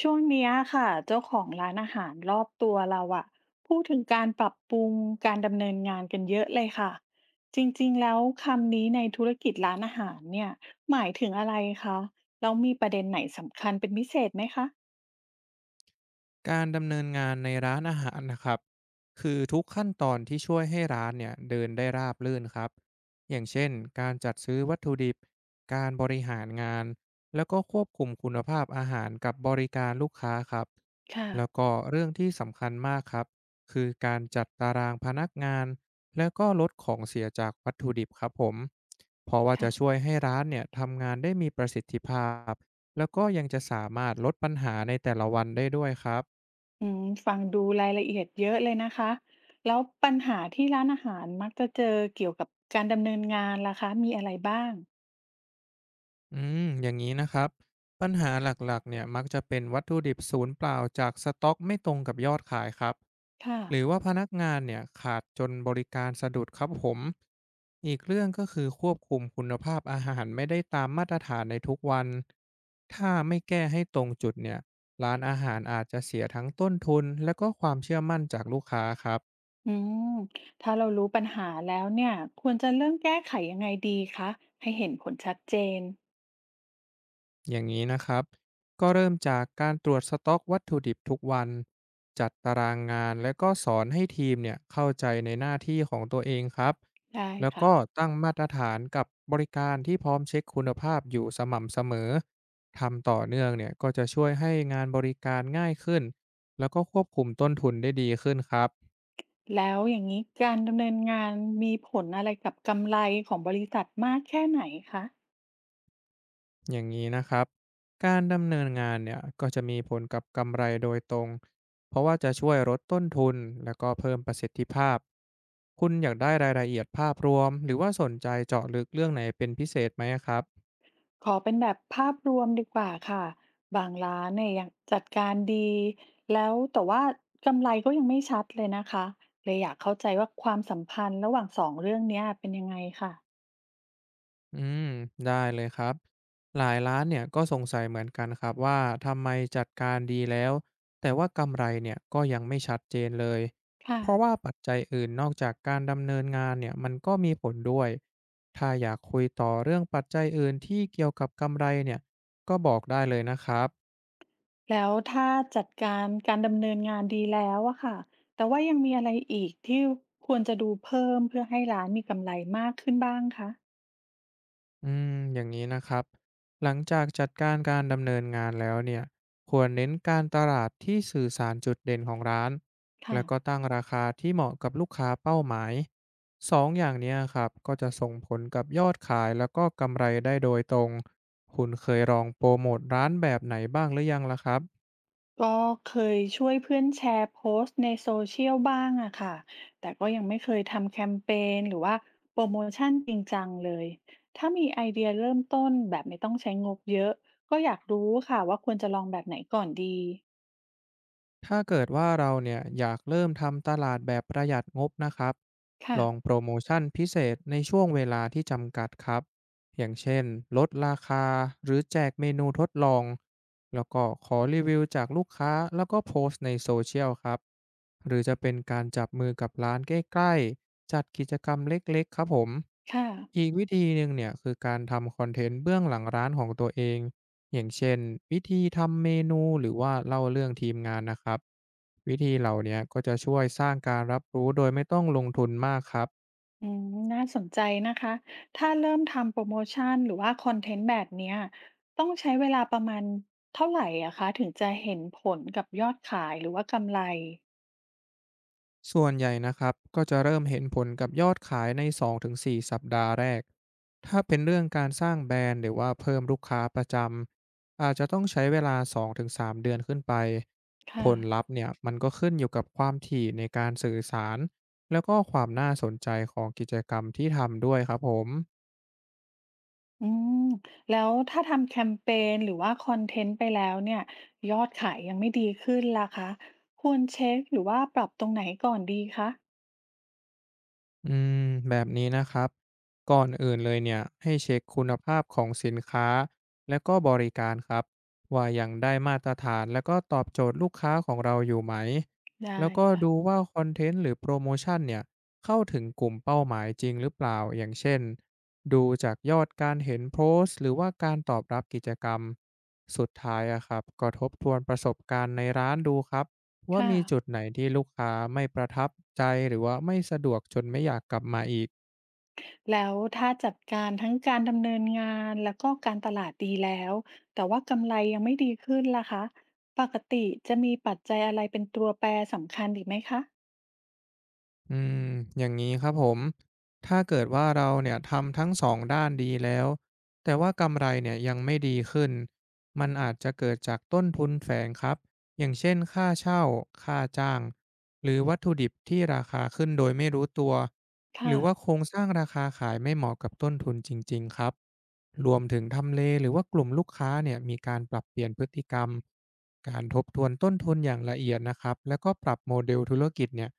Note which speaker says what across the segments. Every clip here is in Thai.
Speaker 1: ช่วงเนี้ยค่ะเจ้าของร้านอาหารรอบตัวเราอะพูดถึงการปรับปรุงการดำเนินงานกันเยอะเลยค่ะจริงๆแล้วคำนี้ในธุรกิจร้านอาหารเนี่ยหมายถึงอะไรคะแล้วมีประเด็นไหนสำคัญเป็นพิเศษไหมคะ
Speaker 2: การดำเนินงานในร้านอาหารนะครับคือทุกขั้นตอนที่ช่วยให้ร้านเนี่ยเดินได้ราบรื่นครับอย่างเช่นการจัดซื้อวัตถุดิบการบริหารงานแล้วก็ควบคุมคุณภาพอาหารกับบริการลูกค้าครับ
Speaker 1: ค่ะ
Speaker 2: แล้วก็เรื่องที่สำคัญมากครับคือการจัดตารางพนักงานแล้วก็ลดของเสียจากวัตถุดิบครับผมเพราะว่า
Speaker 1: ค่ะ
Speaker 2: จะช่วยให้ร้านเนี่ยทำงานได้มีประสิทธิภาพแล้วก็ยังจะสามารถลดปัญหาในแต่ละวันได้ด้วยครับ
Speaker 1: ฟังดูรายละเอียดเยอะเลยนะคะแล้วปัญหาที่ร้านอาหารมักจะเจอเกี่ยวกับการดำเนินงานล่ะคะมีอะไรบ้าง
Speaker 2: อืมอย่างนี้นะครับปัญหาหลักๆเนี่ยมักจะเป็นวัตถุดิบศูนย์เปล่าจากสต็อกไม่ตรงกับยอดขายครับ
Speaker 1: ค่ะ
Speaker 2: หรือว่าพนักงานเนี่ยขาดจนบริการสะดุดครับผมอีกเรื่องก็คือควบคุมคุณภาพอาหารไม่ได้ตามมาตรฐานในทุกวันถ้าไม่แก้ให้ตรงจุดเนี่ยร้านอาหารอาจจะเสียทั้งต้นทุนและก็ความเชื่อมั่นจากลูกค้าครับ
Speaker 1: อืมถ้าเรารู้ปัญหาแล้วเนี่ยควรจะเริ่มแก้ไขยังไงดีคะให้เห็นผลชัดเจน
Speaker 2: อย่างนี้นะครับก็เริ่มจากการตรวจสต็อกวัตถุดิบทุกวันจัดตารางงานและก็สอนให้ทีมเนี่ยเข้าใจในหน้าที่ของตัวเองครับ
Speaker 1: ได้
Speaker 2: แล้ว
Speaker 1: ค่ะ
Speaker 2: ก็ตั้งมาตรฐานกับบริการที่พร้อมเช็คคุณภาพอยู่สม่ำเสมอทำต่อเนื่องเนี่ยก็จะช่วยให้งานบริการง่ายขึ้นแล้วก็ควบคุมต้นทุนได้ดีขึ้นครับ
Speaker 1: แล้วอย่างนี้การดำเนินงานมีผลอะไรกับกำไรของบริษัทมากแค่ไหนคะ
Speaker 2: อย่างนี้นะครับ การดำเนินงานเนี่ยก็จะมีผลกับกำไรโดยตรง เพราะว่าจะช่วยลดต้นทุนและก็เพิ่มประสิทธิภาพ คุณอยากได้รายละเอียดภาพรวมหรือว่าสนใจเจาะลึกเรื่องไหนเป็นพิเศษไหมครับ
Speaker 1: ขอเป็นแบบภาพรวมดีกว่าค่ะบางร้านเนี่ยยังจัดการดีแล้วแต่ว่ากำไรก็ยังไม่ชัดเลยนะคะเลยอยากเข้าใจว่าความสัมพันธ์ระหว่างสองเรื่องเนี้ยเป็นยังไงค่ะ
Speaker 2: อืมได้เลยครับหลายร้านเนี่ยก็สงสัยเหมือนกันครับว่าทำไมจัดการดีแล้วแต่ว่ากำไรเนี่ยก็ยังไม่ชัดเจนเลย
Speaker 1: ค่ะ
Speaker 2: เพราะว่าปัจจัยอื่นนอกจากการดำเนินงานเนี่ยมันก็มีผลด้วยถ้าอยากคุยต่อเรื่องปัจจัยอื่นที่เกี่ยวกับกำไรเนี่ยก็บอกได้เลยนะครับ
Speaker 1: แล้วถ้าจัดการการดำเนินงานดีแล้วอะค่ะแต่ว่ายังมีอะไรอีกที่ควรจะดูเพิ่มเพื่อให้ร้านมีกำไรมากขึ้นบ้างคะ
Speaker 2: อืมอย่างนี้นะครับหลังจากจัดการการดำเนินงานแล้วเนี่ยควรเน้นการตลาดที่สื่อสารจุดเด่นของร้าน
Speaker 1: ค่ะ
Speaker 2: แล้วก็ตั้งราคาที่เหมาะกับลูกค้าเป้าหมายสองอย่างเนี้ยครับก็จะส่งผลกับยอดขายแล้วก็กำไรได้โดยตรงคุณเคยลองโปรโมทร้านแบบไหนบ้างหรือยังล่ะครับ
Speaker 1: ก็เคยช่วยเพื่อนแชร์โพสต์ในโซเชียลบ้างอะค่ะแต่ก็ยังไม่เคยทำแคมเปญหรือว่าโปรโมชันจริงจังเลยถ้ามีไอเดียเริ่มต้นแบบไม่ต้องใช้งบเยอะก็อยากรู้ค่ะว่าควรจะลองแบบไหนก่อนดี
Speaker 2: ถ้าเกิดว่าเราเนี่ยอยากเริ่มทำตลาดแบบประหยัดงบนะครับ
Speaker 1: ค่ะ
Speaker 2: ลองโปรโมชั่นพิเศษในช่วงเวลาที่จำกัดครับอย่างเช่นลดราคาหรือแจกเมนูทดลอง แล้วก็ขอรีวิวจากลูกค้าแล้วก็โพสต์ในโซเชียลครับหรือจะเป็นการจับมือกับร้านใกล้ๆจัดกิจกรรมเล็กๆครับผม
Speaker 1: ค่ะ
Speaker 2: อีกวิธีหนึ่งเนี่ยคือการทำคอนเทนต์เบื้องหลังร้านของตัวเองอย่างเช่นวิธีทำเมนูหรือว่าเล่าเรื่องทีมงานนะครับวิธีเหล่าเนี้ยก็จะช่วยสร้างการรับรู้โดยไม่ต้องลงทุนมากครับ
Speaker 1: อืมน่าสนใจนะคะถ้าเริ่มทำโปรโมชันหรือว่าคอนเทนต์แบบเนี้ยต้องใช้เวลาประมาณเท่าไหรอะคะถึงจะเห็นผลกับยอดขายหรือว่ากำไร
Speaker 2: ส่วนใหญ่นะครับก็จะเริ่มเห็นผลกับยอดขายใน2-4สัปดาห์แรกถ้าเป็นเรื่องการสร้างแบรนด์หรือว่าเพิ่มลูกค้าประจำอาจจะต้องใช้เวลา2-3เดือนขึ้นไปผ
Speaker 1: ค่ะ
Speaker 2: ลลัพธ์เนี่ยมันก็ขึ้นอยู่กับความถี่ในการสื่อสารแล้วก็ความน่าสนใจของกิจกรรมที่ทำด้วยครับผม
Speaker 1: อืมแล้วถ้าทำแคมเปญหรือว่าคอนเทนต์ไปแล้วเนี่ยยอดขายยังไม่ดีขึ้นล่ะคะควรเช็คหรือว่าปรับตรงไหนก่อนดีคะ
Speaker 2: อืแบบนี้นะครับก่อนอื่นเลยเนี่ยให้เช็คคุณภาพของสินค้าและก็บริการครับว่ายังได้มาตรฐานและก็ตอบโจทย์ลูกค้าของเราอยู่ไหม
Speaker 1: ได้
Speaker 2: แล้วก็
Speaker 1: ค่ะ
Speaker 2: ดูว่าคอนเทนต์หรือโปรโมชั่นเนี่ยเข้าถึงกลุ่มเป้าหมายจริงหรือเปล่าอย่างเช่นดูจากยอดการเห็นโพสต์หรือว่าการตอบรับกิจกรรมสุดท้ายอะครับก็ทบทวนประสบการณ์ในร้านดูครับ ว่า
Speaker 1: ค่ะ
Speaker 2: มีจุดไหนที่ลูกค้าไม่ประทับใจหรือว่าไม่สะดวกจนไม่อยากกลับมาอีก
Speaker 1: แล้วถ้าจัดการทั้งการดำเนินงานแล้วก็การตลาดดีแล้วแต่ว่ากำไรยังไม่ดีขึ้นล่ะคะปกติจะมีปัจจัยอะไรเป็นตัวแปรสำคัญอีกไหมคะ
Speaker 2: อืมอย่างนี้ครับผมถ้าเกิดว่าเราเนี่ยทำทั้งสองด้านดีแล้ว แต่ว่ากำไรเนี่ยยังไม่ดีขึ้น มันอาจจะเกิดจากต้นทุนแฝงครับ อย่างเช่นค่าเช่าค่าจ้างหรือวัตถุดิบที่ราคาขึ้นโดยไม่รู้ตัว ห
Speaker 1: ค่ะ
Speaker 2: รือว่าโครงสร้างราคาขายไม่เหมาะกับต้นทุนจริงๆครับ รวมถึงทำเลหรือว่ากลุ่มลูกค้าเนี่ยมีการปรับเปลี่ยนพฤติกรรมการทบทวนต้นทุนอย่างละเอียดนะครับแล้วก็ปรับโมเดลธุรกิจเนี่ย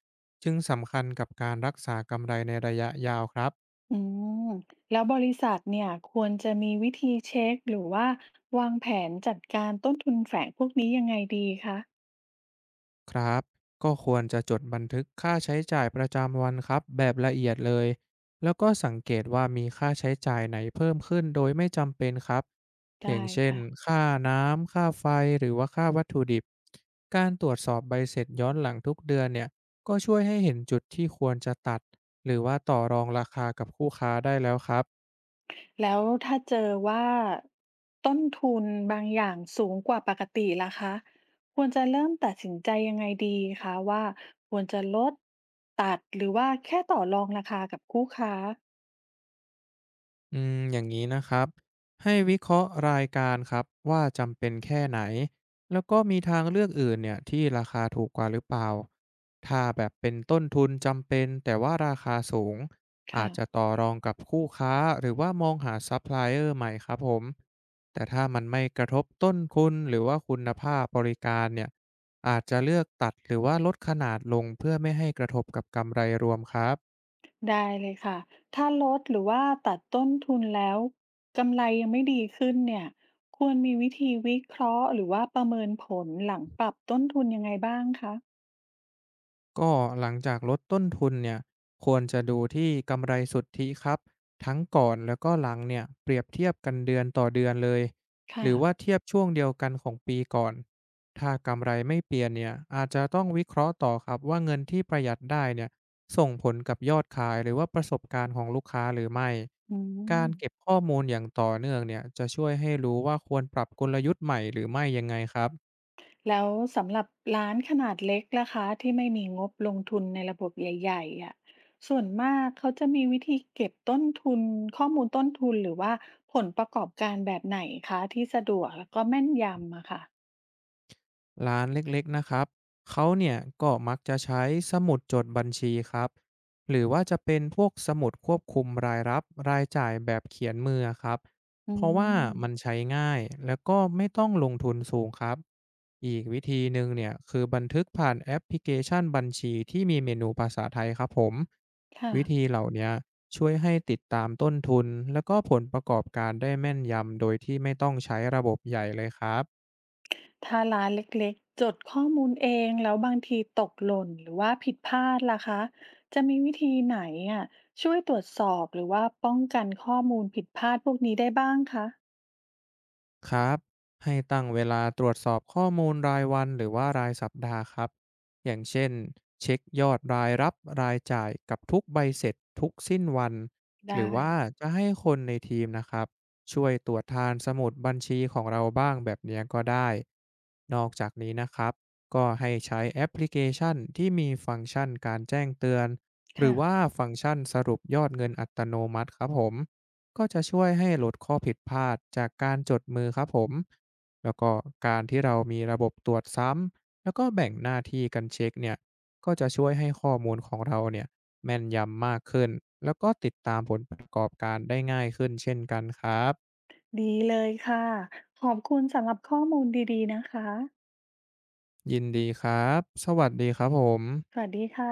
Speaker 2: จึงสำคัญกับการรักษากำไรในระยะยาวครับ
Speaker 1: อืมแล้วบริษัทเนี่ยควรจะมีวิธีเช็คหรือว่าวางแผนจัดการต้นทุนแฝงพวกนี้ยังไงดีคะ
Speaker 2: ครับ ก็ควรจะจดบันทึกค่าใช้จ่ายประจำวันครับแบบละเอียดเลย แล้วก็สังเกตว่ามีค่าใช้จ่ายไหนเพิ่มขึ้นโดยไม่จำเป็นครับอย่า
Speaker 1: ได้
Speaker 2: งเช่น
Speaker 1: ค่ะ
Speaker 2: ค่าน้ำ ค่าไฟหรือว่าค่าวัตถุดิบ การตรวจสอบใบเสร็จย้อนหลังทุกเดือนเนี่ย ก็ช่วยให้เห็นจุดที่ควรจะตัดหรือว่าต่อรองราคากับคู่ค้าได้แล้วครับ
Speaker 1: แล้วถ้าเจอว่าต้นทุนบางอย่างสูงกว่าปกติล่ะคะควรจะเริ่มตัดสินใจยังไงดีคะว่าควรจะลดตัดหรือว่าแค่ต่อรองราคากับคู่ค้า
Speaker 2: อย่างนี้นะครับให้วิเคราะห์รายการครับว่าจำเป็นแค่ไหนแล้วก็มีทางเลือกอื่นเนี่ยที่ราคาถูกกว่าหรือเปล่าถ้าแบบเป็นต้นทุนจำเป็นแต่ว่าราคาสูงอา
Speaker 1: ค่ะ
Speaker 2: จจะต่อรองกับคู่ค้าหรือว่ามองหาซัพพลายเออร์ใหม่ครับผมแต่ถ้ามันไม่กระทบต้นทุนหรือว่าคุณภาพบริการเนี่ยอาจจะเลือกตัดหรือว่าลดขนาดลงเพื่อไม่ให้กระทบกับกำไรรวมครับ
Speaker 1: ได้เลยค่ะถ้าลดหรือว่าตัดต้นทุนแล้วกำไรยังไม่ดีขึ้นเนี่ยควรมีวิธีวิเคราะห์หรือว่าประเมินผลหลังปรับต้นทุนยังไงบ้างคะ
Speaker 2: ก็หลังจากลดต้นทุนเนี่ยควรจะดูที่กำไรสุทธิครับทั้งก่อนแล้วก็หลังเนี่ยเปรียบเทียบกันเดือนต่อเดือนเลยห
Speaker 1: ค่ะ
Speaker 2: รือว่าเทียบช่วงเดียวกันของปีก่อนถ้ากำไรไม่เปลี่ยนเนี่ยอาจจะต้องวิเคราะห์ต่อครับว่าเงินที่ประหยัดได้เนี่ยส่งผลกับยอดขายหรือว่าประสบการณ์ของลูกค้าหรือไม่
Speaker 1: อื
Speaker 2: กา
Speaker 1: ม
Speaker 2: รเก็บข้อมูลอย่างต่อเนื่องเนี่ยจะช่วยให้รู้ว่าควรปรับกลยุทธ์ใหม่หรือไม่ยังไงครับ
Speaker 1: แล้วสำหรับร้านขนาดเล็กล่ะคะที่ไม่มีงบลงทุนในระบบใหญ่ๆอ่ะส่วนมากเขาจะมีวิธีเก็บต้นทุนข้อมูลต้นทุนหรือว่าผลประกอบการแบบไหนคะที่สะดวกแล้วก็แม่นยำอะค่ะ
Speaker 2: ร้านเล็กๆ นะครับ เขาเนี่ยก็มักจะใช้สมุดจดบัญชีครับ หรือว่าจะเป็นพวกสมุดควบคุมรายรับรายจ่ายแบบเขียนมือครับ
Speaker 1: อื
Speaker 2: เพราะว่า
Speaker 1: ม
Speaker 2: มันใช้ง่ายแล้วก็ไม่ต้องลงทุนสูงครับ อีกวิธีหนึ่งเนี่ยคือบันทึกผ่านแอปพลิเคชันบัญชีที่มีเมนูภาษาไทยครับผม
Speaker 1: ค่ะ
Speaker 2: วิธีเหล่าเนี้ยช่วยให้ติดตามต้นทุนแล้วก็ผลประกอบการได้แม่นยำโดยที่ไม่ต้องใช้ระบบใหญ่เลยครับ
Speaker 1: ถ้าร้านเล็กๆจดข้อมูลเองแล้วบางทีตกหล่นหรือว่าผิดพลาดล่ะคะจะมีวิธีไหนอ่ะช่วยตรวจสอบหรือว่าป้องกันข้อมูลผิดพลาดพวกนี้ได้บ้างคะ
Speaker 2: ครับให้ตั้งเวลาตรวจสอบข้อมูลรายวันหรือว่ารายสัปดาห์ครับอย่างเช่นเช็คยอดรายรับรายจ่ายกับทุกใบเสร็จทุกสิ้นวันหรื
Speaker 1: ได้
Speaker 2: อว่าจะให้คนในทีมนะครับช่วยตรวจทานสมุดบัญชีของเราบ้างแบบเนี้ยก็ได้นอกจากนี้นะครับก็ให้ใช้แอปพลิเคชันที่มีฟังก์ชันการแจ้งเตือนหรือ
Speaker 1: ค่ะ
Speaker 2: ว่าฟังก์ชันสรุปยอดเงินอัตโนมัติครับผม ก็จะช่วยให้ลดข้อผิดพลาดจากการจดมือครับผมแล้วก็การที่เรามีระบบตรวจซ้ำแล้วก็แบ่งหน้าที่กันเช็คเนี่ยก็จะช่วยให้ข้อมูลของเราเนี่ยแม่นยำมากขึ้นแล้วก็ติดตามผลประกอบการได้ง่ายขึ้นเช่นกันครับ
Speaker 1: ดีเลยค่ะ ขอบคุณสำหรับข้อมูลดีๆนะคะ
Speaker 2: ยินดีครับสวัสดีครับผม
Speaker 1: สวัสดีค่ะ